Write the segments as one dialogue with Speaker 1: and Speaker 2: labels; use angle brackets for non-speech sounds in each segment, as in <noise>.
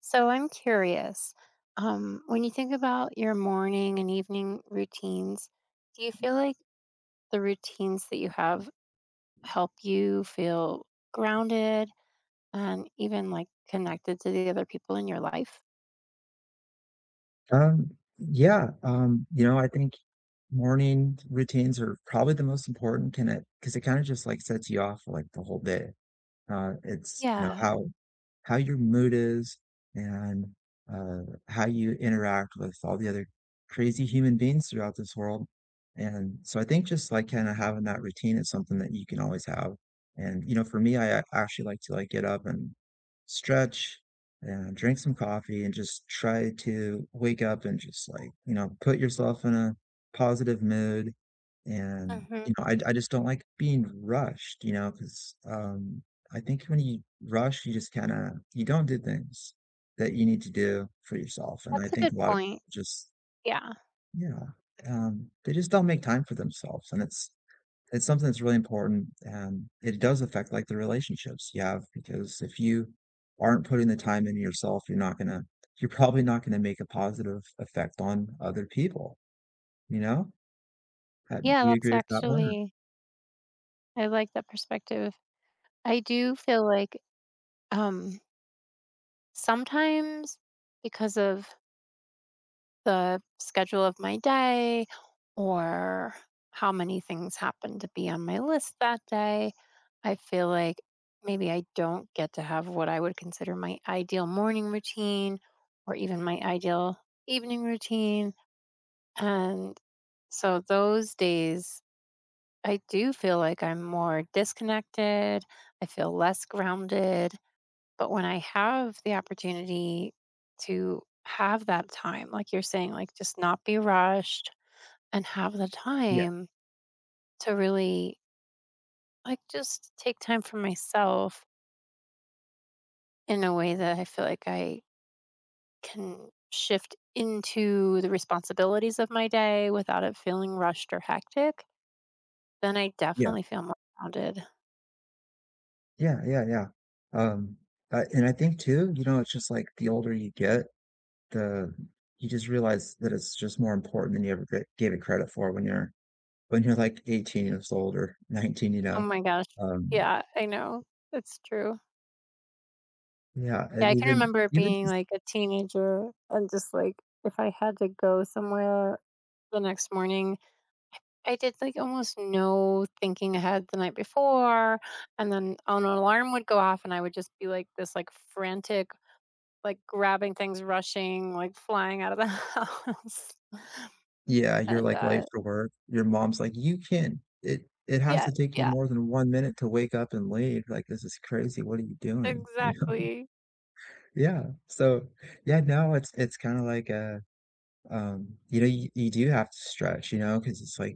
Speaker 1: So I'm curious, when you think about your morning and evening routines, do you feel like the routines that you have help you feel grounded and even like connected to the other people in your life?
Speaker 2: I think morning routines are probably the most important, can it because it kinda just, like, sets you off for, like, the whole day. Uh, it's, you know,
Speaker 1: Yeah,
Speaker 2: how how your mood is and, uh, how you interact with all the other crazy human beings throughout this world, and so I think just, like, kinda having that routine is something that you can always have, and, you know, for me, I a actually like to, like, get up and stretch and drink some coffee and just try to wake up and just, like, you know, put yourself in a positive mood, and,
Speaker 1: hmm,
Speaker 2: you know, I just don't like being rushed, because I think when you rush, you just kinda you don't do things that you need to do for yourself, and I
Speaker 1: that's a
Speaker 2: think
Speaker 1: good
Speaker 2: a lot of
Speaker 1: point.
Speaker 2: people just
Speaker 1: Yeah.
Speaker 2: yeah, they just don't make time for themselves, and it's something that's really important, and it does affect, like, the relationships you have because if you aren't putting the time into yourself, you're probably not gonna make a positive effect on other people, you know? Do
Speaker 1: Yeah,
Speaker 2: you
Speaker 1: that's
Speaker 2: agree with that one or
Speaker 1: actually, I like that perspective. I do feel like um, sometimes because of the schedule of my day or how many things happen to be on my list that day. I feel like maybe I don't get to have what I would consider my ideal morning routine or even my ideal evening routine. And so those days, I do feel like I'm more disconnected. I feel less grounded but when I have the opportunity to have that time, like you're saying, like just not be rushed and have the
Speaker 2: Yeah,
Speaker 1: time to really like just take time for myself in a way that I feel like I can shift into the responsibilities of my day without it feeling rushed or hectic, then I
Speaker 2: yeah,
Speaker 1: definitely feel more grounded.
Speaker 2: yeah. Um, and I think too, you know, it's just, like, the older you get, the you just realize that it's just more important than you ever g gave it credit for when you're, like, 18 years old or <laughs> 19, you
Speaker 1: Oh
Speaker 2: know?
Speaker 1: my gosh.
Speaker 2: Um,
Speaker 1: Yeah, I know. It's true.
Speaker 2: yeah,
Speaker 1: Yeah,
Speaker 2: and
Speaker 1: I can remember
Speaker 2: even
Speaker 1: being,
Speaker 2: just
Speaker 1: like, a teenager and just, like, if I had to go somewhere the next morning, I did, like, almost no thinking ahead the night before, and then an alarm would go off, and I would just be, like, this, like, frantic, like, grabbing things, rushing, like, flying out of the <laughs> house,
Speaker 2: yeah, you're,
Speaker 1: and,
Speaker 2: like, late for work, your mom's like, "You can't it has
Speaker 1: yeah,
Speaker 2: to take you
Speaker 1: yeah,
Speaker 2: more than 1 minute to wake up and leave, like, this is crazy, what are you doing?" <laughs> You know?
Speaker 1: exactly.
Speaker 2: Yeah, so, yeah, now it's kinda like, you know, you do have to stretch, you know because it's like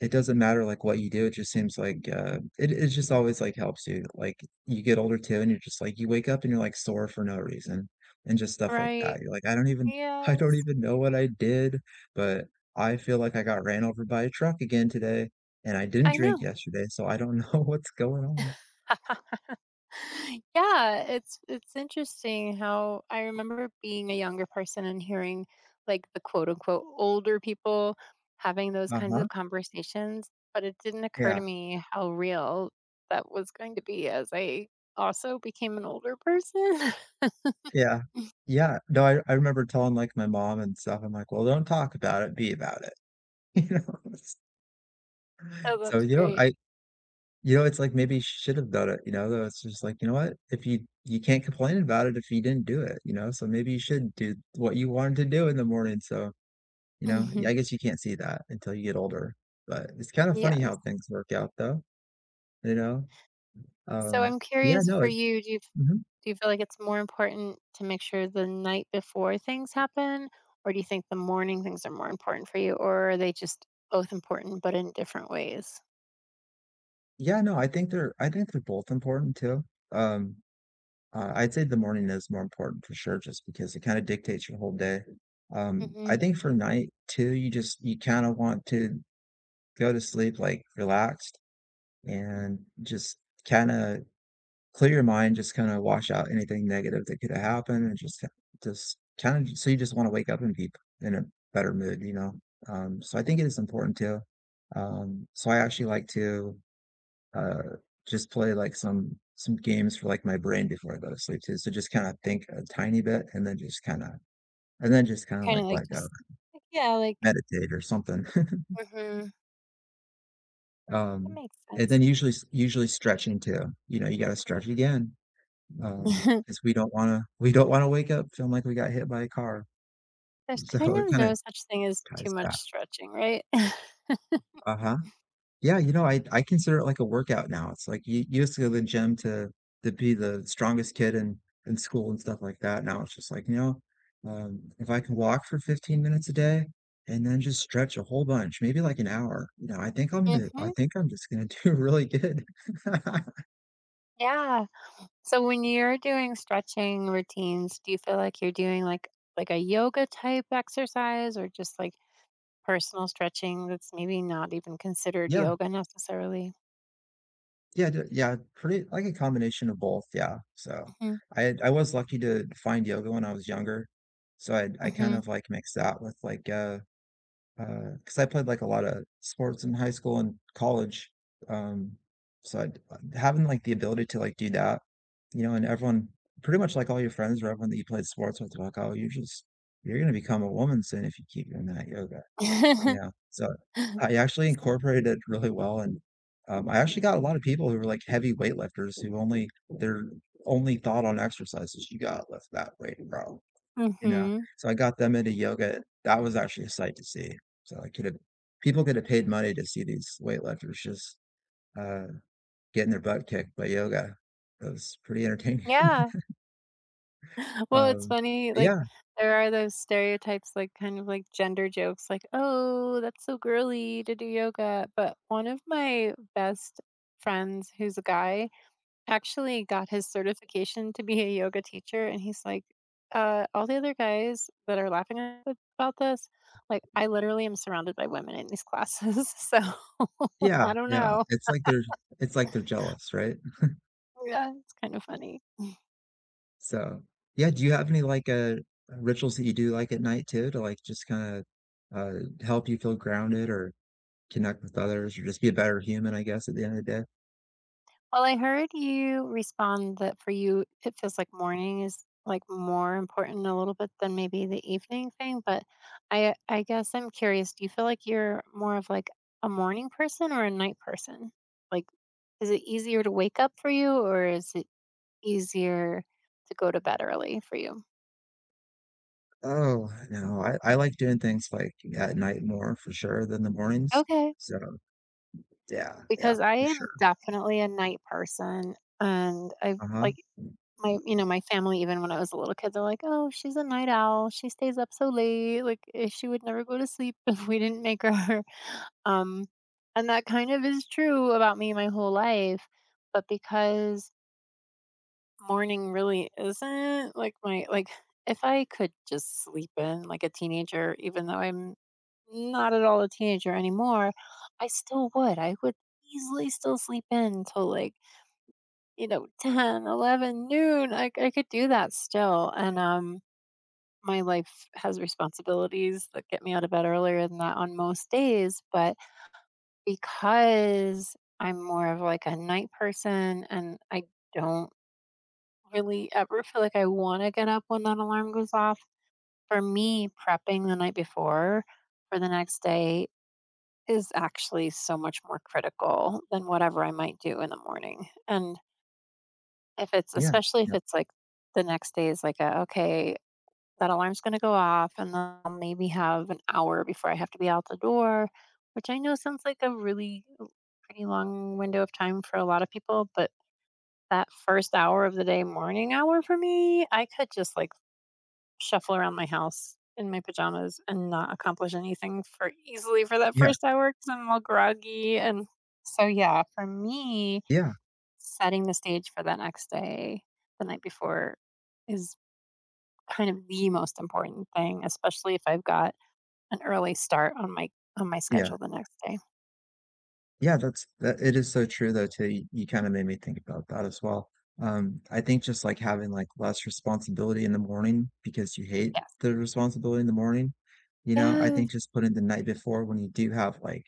Speaker 2: it doesn't matter, like, what you do, it just seems like, it just always, like, helps you, like, you get older too, and you're just like you wake up and you're, like, sore for no reason, and just stuff like that.
Speaker 1: Right.
Speaker 2: You're like, "I don't even <laughs> I don't
Speaker 1: Yes.
Speaker 2: even know what I did, but I feel like I got ran over by a truck again today, and I didn't
Speaker 1: I
Speaker 2: drink
Speaker 1: know.
Speaker 2: yesterday, so I don't know <laughs> what's going on."
Speaker 1: <laughs> Yeah, it's interesting how I remember being a younger person and hearing like the quote unquote older people having those kinds
Speaker 2: Uh-huh.
Speaker 1: of conversations, but it didn't occur to
Speaker 2: Yeah.
Speaker 1: me how real that was going to be as I also became an older person. <laughs>
Speaker 2: Yeah. Yeah. No, I remember telling, like, my mom and stuff, I'm like, "Well, don't talk about it, be about it." <laughs> You know?
Speaker 1: Oh,
Speaker 2: So,
Speaker 1: that's
Speaker 2: you know,
Speaker 1: great.
Speaker 2: I you know, it's like maybe you should have done it, you know, though it's just like, you know what? If you You can't complain about it if you didn't do it, you know, so maybe you should do what you wanted to do in the morning, so, you know, yeah,
Speaker 1: Mhm.
Speaker 2: I guess you can't see that until you get older, but it's kind of funny how
Speaker 1: Yes.
Speaker 2: things work out though, you know?
Speaker 1: So
Speaker 2: Um,
Speaker 1: I'm
Speaker 2: yeah,
Speaker 1: curious
Speaker 2: no,
Speaker 1: for
Speaker 2: it's
Speaker 1: you,
Speaker 2: mhm.
Speaker 1: do you feel like it's more important to make sure the night before things happen, or do you think the morning things are more important for you, or are they just both important but in different ways?
Speaker 2: Yeah, no, I think they're both important too. Um, I'd say the morning is more important for sure just because it kind of dictates your whole day. I
Speaker 1: Hmm.
Speaker 2: think for night too, you just you kind of want to go to sleep, like, relaxed and just kinda clear your mind, just kinda wash out anything negative that coulda happened and just kinda so you just wanna wake up and be in a better mood, you know? So I think it is important too. So I actually like to, uh, just play, like, some games for, like, my brain before I go to sleep too, so just kinda think a tiny bit and then just kinda,
Speaker 1: Kind of like
Speaker 2: like go,
Speaker 1: just like, yeah, like.
Speaker 2: meditate or something. <laughs>
Speaker 1: Hmm, that
Speaker 2: Um,
Speaker 1: makes
Speaker 2: and then
Speaker 1: sense.
Speaker 2: usually stretching too, you know, you gotta stretch again, cause
Speaker 1: <laughs>
Speaker 2: we don't wanna wake up feeling like we got hit by a car,
Speaker 1: There's
Speaker 2: so
Speaker 1: kind
Speaker 2: it
Speaker 1: of
Speaker 2: kinda
Speaker 1: no such thing as too
Speaker 2: ties
Speaker 1: much
Speaker 2: back.
Speaker 1: stretching, right? <laughs>
Speaker 2: Uh-huh. Yeah, you know, I consider it like a workout now, it's like you used to go to the gym to be the strongest kid in school and stuff like that, now it's just like, you know, if I can walk for 15 minutes a day and then just stretch a whole bunch, maybe like an hour, you know, I
Speaker 1: Hmm,
Speaker 2: think I'm just gonna <laughs> do really good. <laughs>
Speaker 1: yeah. So when you're doing stretching routines, do you feel like you're doing like a yoga type exercise or just like personal stretching that's maybe not even considered
Speaker 2: Yeah.
Speaker 1: yoga necessarily.
Speaker 2: Yeah, d Yeah, pretty like a combination of both, yeah, so,
Speaker 1: Mhm,
Speaker 2: I was lucky to find yoga when I was younger, so I kind
Speaker 1: mhm.
Speaker 2: of, like, mixed that with, like, because I played, like, a lot of sports in high school and college, um, so I having, like, the ability to, like, do that, you know, and everyone pretty much, like, all your friends or everyone that you played sports with, they're like, "Oh, you're gonna become a woman soon if you keep doing that yoga."
Speaker 1: Mhm.
Speaker 2: Yeah, so I actually incorporated it really well, and, I actually got a lot of people who were, like, heavy weightlifters who only thought on exercise is, "You gotta lift that weight, bro," you know?
Speaker 1: <laughs>
Speaker 2: So I got them into yoga. That was actually a sight to see. So I could have people could have paid money to see these weightlifters just, uh, getting their butt kicked by yoga. It was pretty entertaining. <laughs>
Speaker 1: Yeah. <laughs> Well, it's
Speaker 2: Um,
Speaker 1: funny, like,
Speaker 2: yeah,
Speaker 1: there are those stereotypes, like, kind of like gender jokes, like, "Oh, that's so girly to do yoga," but one of my best friends who's a guy actually got his certification to be a yoga teacher and he's like all the other guys that are laughing at about this like I literally am surrounded by women in these classes <laughs> so <laughs>
Speaker 2: yeah,
Speaker 1: I don't
Speaker 2: yeah.
Speaker 1: know.
Speaker 2: It's like they're jealous, right?
Speaker 1: Yeah, it's kind of funny.
Speaker 2: So, yeah, do you have any, like, rituals that you do, like, at night too to, like, just kinda, uh, help you feel grounded or connect with others or just be a better human, I guess, at the end of the day?
Speaker 1: Well, I heard you respond that for you, it feels like morning is like more important a little bit than maybe the evening thing. But I guess I'm curious. Do you feel like you're more of like a morning person or a night person? Like, is it easier to wake up for you, or is it easier to go to bed early for you?
Speaker 2: Oh, no, I like doing things, like, at night more for sure than the mornings.
Speaker 1: Okay,
Speaker 2: So, yeah, yeah,
Speaker 1: because I
Speaker 2: for
Speaker 1: am
Speaker 2: sure.
Speaker 1: definitely a night person, and I
Speaker 2: Uh-huh.
Speaker 1: like My you know, my family, even when I was a little kid, they're like, "Oh, she's a night owl. She stays up so late, like, eh, she would never go to sleep <laughs> if we didn't make her." Um, and that kind of is true about me my whole life, but because morning really isn't, like, my like, if I could just sleep in like a teenager, even though I'm not at all a teenager anymore, I still would. I would easily still sleep in till, like, you know, 10, 11, noon, I could do that still, and, my life has responsibilities that get me out of bed earlier than that on most days, but because I'm more of, like, a night person and I don't really ever feel like I wanna get up when that alarm goes off, for me, prepping the night before for the next day is actually so much more critical than whatever I might do in the morning, and If it's
Speaker 2: Yeah,
Speaker 1: especially if
Speaker 2: yeah,
Speaker 1: it's, like, the next day is like a, "Okay, that alarm's gonna go off, and then I'll maybe have an hour before I have to be out the door," which I know sounds like a really l pretty long window of time for a lot of people, but that first hour of the day, morning hour for me, I could just, like, shuffle around my house in my pajamas and not accomplish anything for easily for that
Speaker 2: yeah,
Speaker 1: first hour because 'cause I'm all groggy, and so, yeah, for me,
Speaker 2: yeah,
Speaker 1: setting the stage for the next day, the night before is kind of the most important thing, especially if I've got an early start on my
Speaker 2: yeah.
Speaker 1: schedule the next day.
Speaker 2: Yeah, that's that it is so true though too. You kind of made me think about that as well. I think just like having like less responsibility in the morning because you hate
Speaker 1: Yes.
Speaker 2: the responsibility in the morning, you know, I
Speaker 1: Yes.
Speaker 2: think just putting the night before when you do have like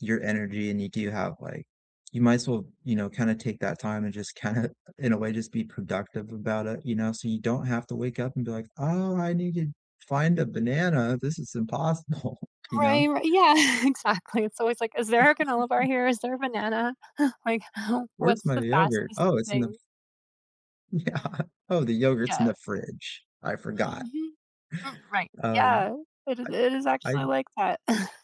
Speaker 2: your energy and you do have like you might as well, you know, kind of take that time and just <laughs> kind of in a way just be productive about it, you know, so you don't have to wake up and be like, "Oh, I need to find a banana. This is impossible." <laughs> You know,
Speaker 1: Right, right. Yeah, <laughs> exactly. It's always like, "Is there a granola bar here? Is there a banana?" <laughs> Like, <laughs>
Speaker 2: "Where's
Speaker 1: "What's
Speaker 2: my
Speaker 1: the
Speaker 2: yogurt?
Speaker 1: fastest
Speaker 2: Oh, it's in the
Speaker 1: thing?"
Speaker 2: yeah. <laughs> Oh, the yogurt's in
Speaker 1: Yeah.
Speaker 2: the fridge. I forgot.
Speaker 1: Mhm. Mm, right.
Speaker 2: Um,
Speaker 1: Yeah. It is
Speaker 2: I
Speaker 1: it is
Speaker 2: I
Speaker 1: actually like that. <laughs>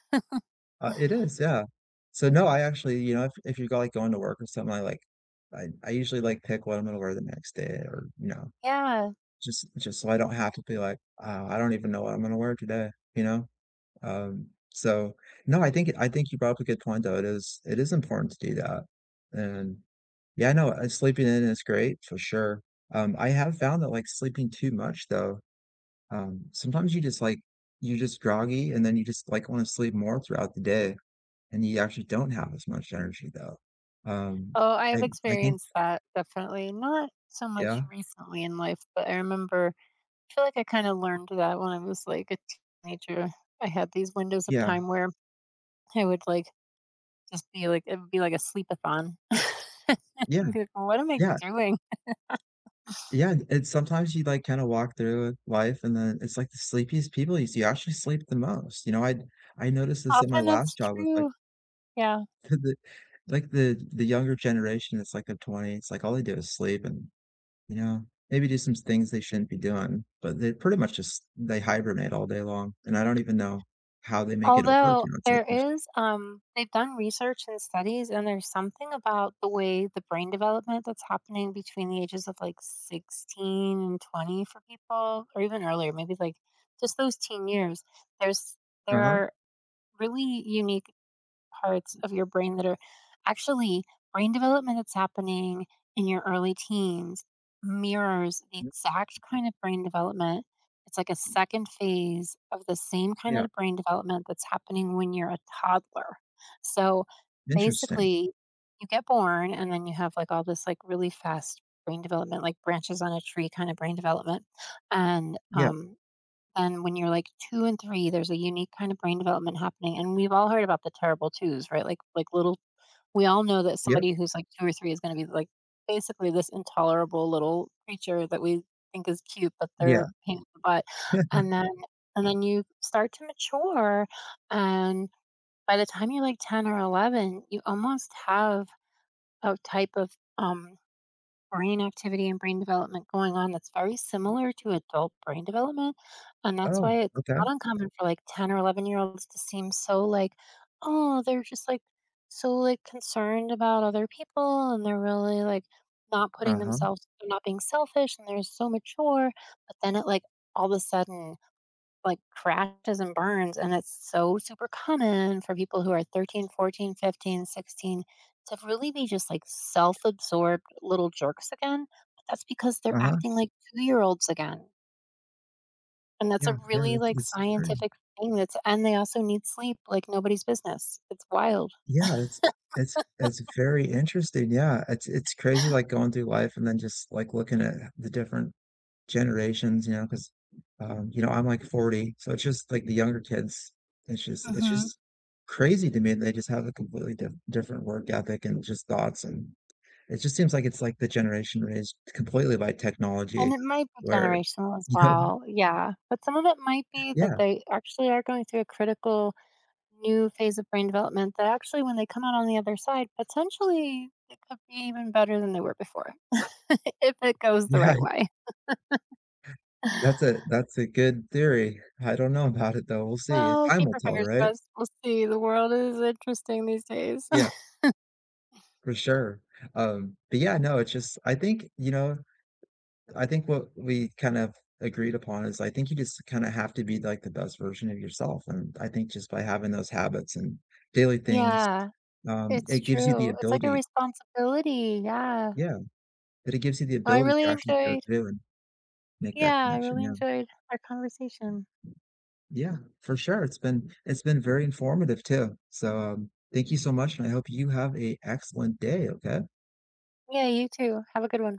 Speaker 2: It is, yeah. So, no, I actually, you know, if you're, like, going to work or something, I usually, like, pick what I'm gonna wear the next day or, you know,
Speaker 1: Yeah.
Speaker 2: just so I don't have to be like, "Oh, I don't even know what I'm gonna wear today," you know? So, no, I think you brought up a good point, though. It is important to do that. And, yeah, no, sleeping in is great for sure. I have found that, like, sleeping too much, though sometimes you just like you're just groggy and then you just like want to sleep more throughout the day and you actually don't have as much energy though. Um,
Speaker 1: Oh,
Speaker 2: I
Speaker 1: I've
Speaker 2: I think
Speaker 1: experienced that definitely, not so much
Speaker 2: Yeah,
Speaker 1: recently in life, but I remember I feel like I kinda learned that when I was, like, a teenager. I had these windows of
Speaker 2: yeah,
Speaker 1: time where I would, like, just be like it would be like a sleepathon. <laughs> I'd
Speaker 2: yeah,
Speaker 1: be like, "What am I
Speaker 2: yeah,
Speaker 1: doing?"
Speaker 2: yeah. And sometimes you like kind of walk through life and then it's like the sleepiest people you see actually sleep the most. You know, I noticed this at my
Speaker 1: Often
Speaker 2: last
Speaker 1: that's
Speaker 2: job with like
Speaker 1: true. Yeah.
Speaker 2: <laughs> the the younger generation, it's like the 20s, like all they do is sleep and you know, maybe do some things they shouldn't be doing, but they pretty much just they hibernate all day long, and I don't even know how they make it work,
Speaker 1: Although
Speaker 2: you know, it's like
Speaker 1: there is, they've done research and studies, and there's something about the way the brain development that's happening between the ages of, like, 16 and 20 for people, or even earlier, maybe, like, just those teen years. There's there
Speaker 2: uh-huh,
Speaker 1: are really unique parts of your brain that are actually brain development that's happening in your early teens mirrors the exact kind of brain development. It's like a second phase of the same kind
Speaker 2: yeah,
Speaker 1: of brain development that's happening when you're a toddler. So
Speaker 2: interesting.
Speaker 1: basically, you get born and then you have like all this like really fast brain development, like branches on a tree kind of brain development. And
Speaker 2: Yeah,
Speaker 1: um, and when you're like 2 and 3, there's a unique kind of brain development happening, and we've all heard about the terrible twos, right? Like little we all know that
Speaker 2: yep,
Speaker 1: somebody who's like 2 or 3 is gonna be like basically this intolerable little creature that we think is cute, but they're a
Speaker 2: yeah,
Speaker 1: pain in the butt.
Speaker 2: yeah.
Speaker 1: And then and then you start to mature, and by the time you're like 10 or 11, you almost have a type of, um brain activity and brain development going on that's very similar to adult brain development. And
Speaker 2: <laughs>
Speaker 1: that's
Speaker 2: Oh,
Speaker 1: why it's
Speaker 2: okay.
Speaker 1: not uncommon for like 10 or 11-year-olds to seem so like, oh, they're just like so like concerned about other people and they're really like not putting
Speaker 2: Uh-huh,
Speaker 1: themselves, they're not being selfish and they're so mature. But then it like all of a sudden like crashes and burns and it's so super common for people who are 13, 14, 15, 16 to really be just like self-absorbed little jerks again but that's because they're
Speaker 2: uh-huh.
Speaker 1: acting like 2-year-olds again and that's a
Speaker 2: Yeah, yeah,
Speaker 1: really
Speaker 2: that
Speaker 1: like
Speaker 2: that's true.
Speaker 1: scientific thing that's and they also need sleep like nobody's business it's wild.
Speaker 2: Yeah, it's it's very interesting, yeah, it's crazy, like, going through life and then just, like, looking at the different generations, you know, 'cause, you know, I'm like 40, so it's just like the younger kids, it's
Speaker 1: Hmm,
Speaker 2: just crazy to me. They just have a completely different work ethic and just thoughts, and it just seems like it's like the generation raised completely by
Speaker 1: and
Speaker 2: technology
Speaker 1: it might be
Speaker 2: where,
Speaker 1: generational as
Speaker 2: you know
Speaker 1: well yeah but some of it might
Speaker 2: <laughs>
Speaker 1: be that
Speaker 2: yeah,
Speaker 1: they actually are going through a critical new phase of brain development that actually when they come out on the other side, potentially it could be even better than they were before, <laughs> if it goes the
Speaker 2: yeah,
Speaker 1: right way.
Speaker 2: that's
Speaker 1: <laughs>
Speaker 2: a good theory. I don't know about it though, we'll see.
Speaker 1: Well,
Speaker 2: Time
Speaker 1: keep
Speaker 2: will
Speaker 1: our
Speaker 2: tell,
Speaker 1: fingers
Speaker 2: right?
Speaker 1: crossed. We'll see. The world is interesting these days.
Speaker 2: Yeah,
Speaker 1: <laughs>
Speaker 2: for sure. But yeah, no, it's just I think, I think what we kind of agreed upon is I think you just kind of have to be like the best version of yourself. And I think just by having those habits and daily things,
Speaker 1: Yeah, it's
Speaker 2: it gives you the
Speaker 1: true. It's like a
Speaker 2: ability,
Speaker 1: responsibility. Yeah.
Speaker 2: yeah, that it gives you the
Speaker 1: Well, I
Speaker 2: ability to
Speaker 1: really
Speaker 2: actually go
Speaker 1: enjoyed
Speaker 2: through and make that
Speaker 1: yeah, I
Speaker 2: connection.
Speaker 1: really
Speaker 2: Yeah.
Speaker 1: enjoyed our conversation.
Speaker 2: Yeah, for sure. It's been very informative too. So thank you so much, and I hope you have a excellent day, okay?
Speaker 1: Yeah, you too. Have a good one.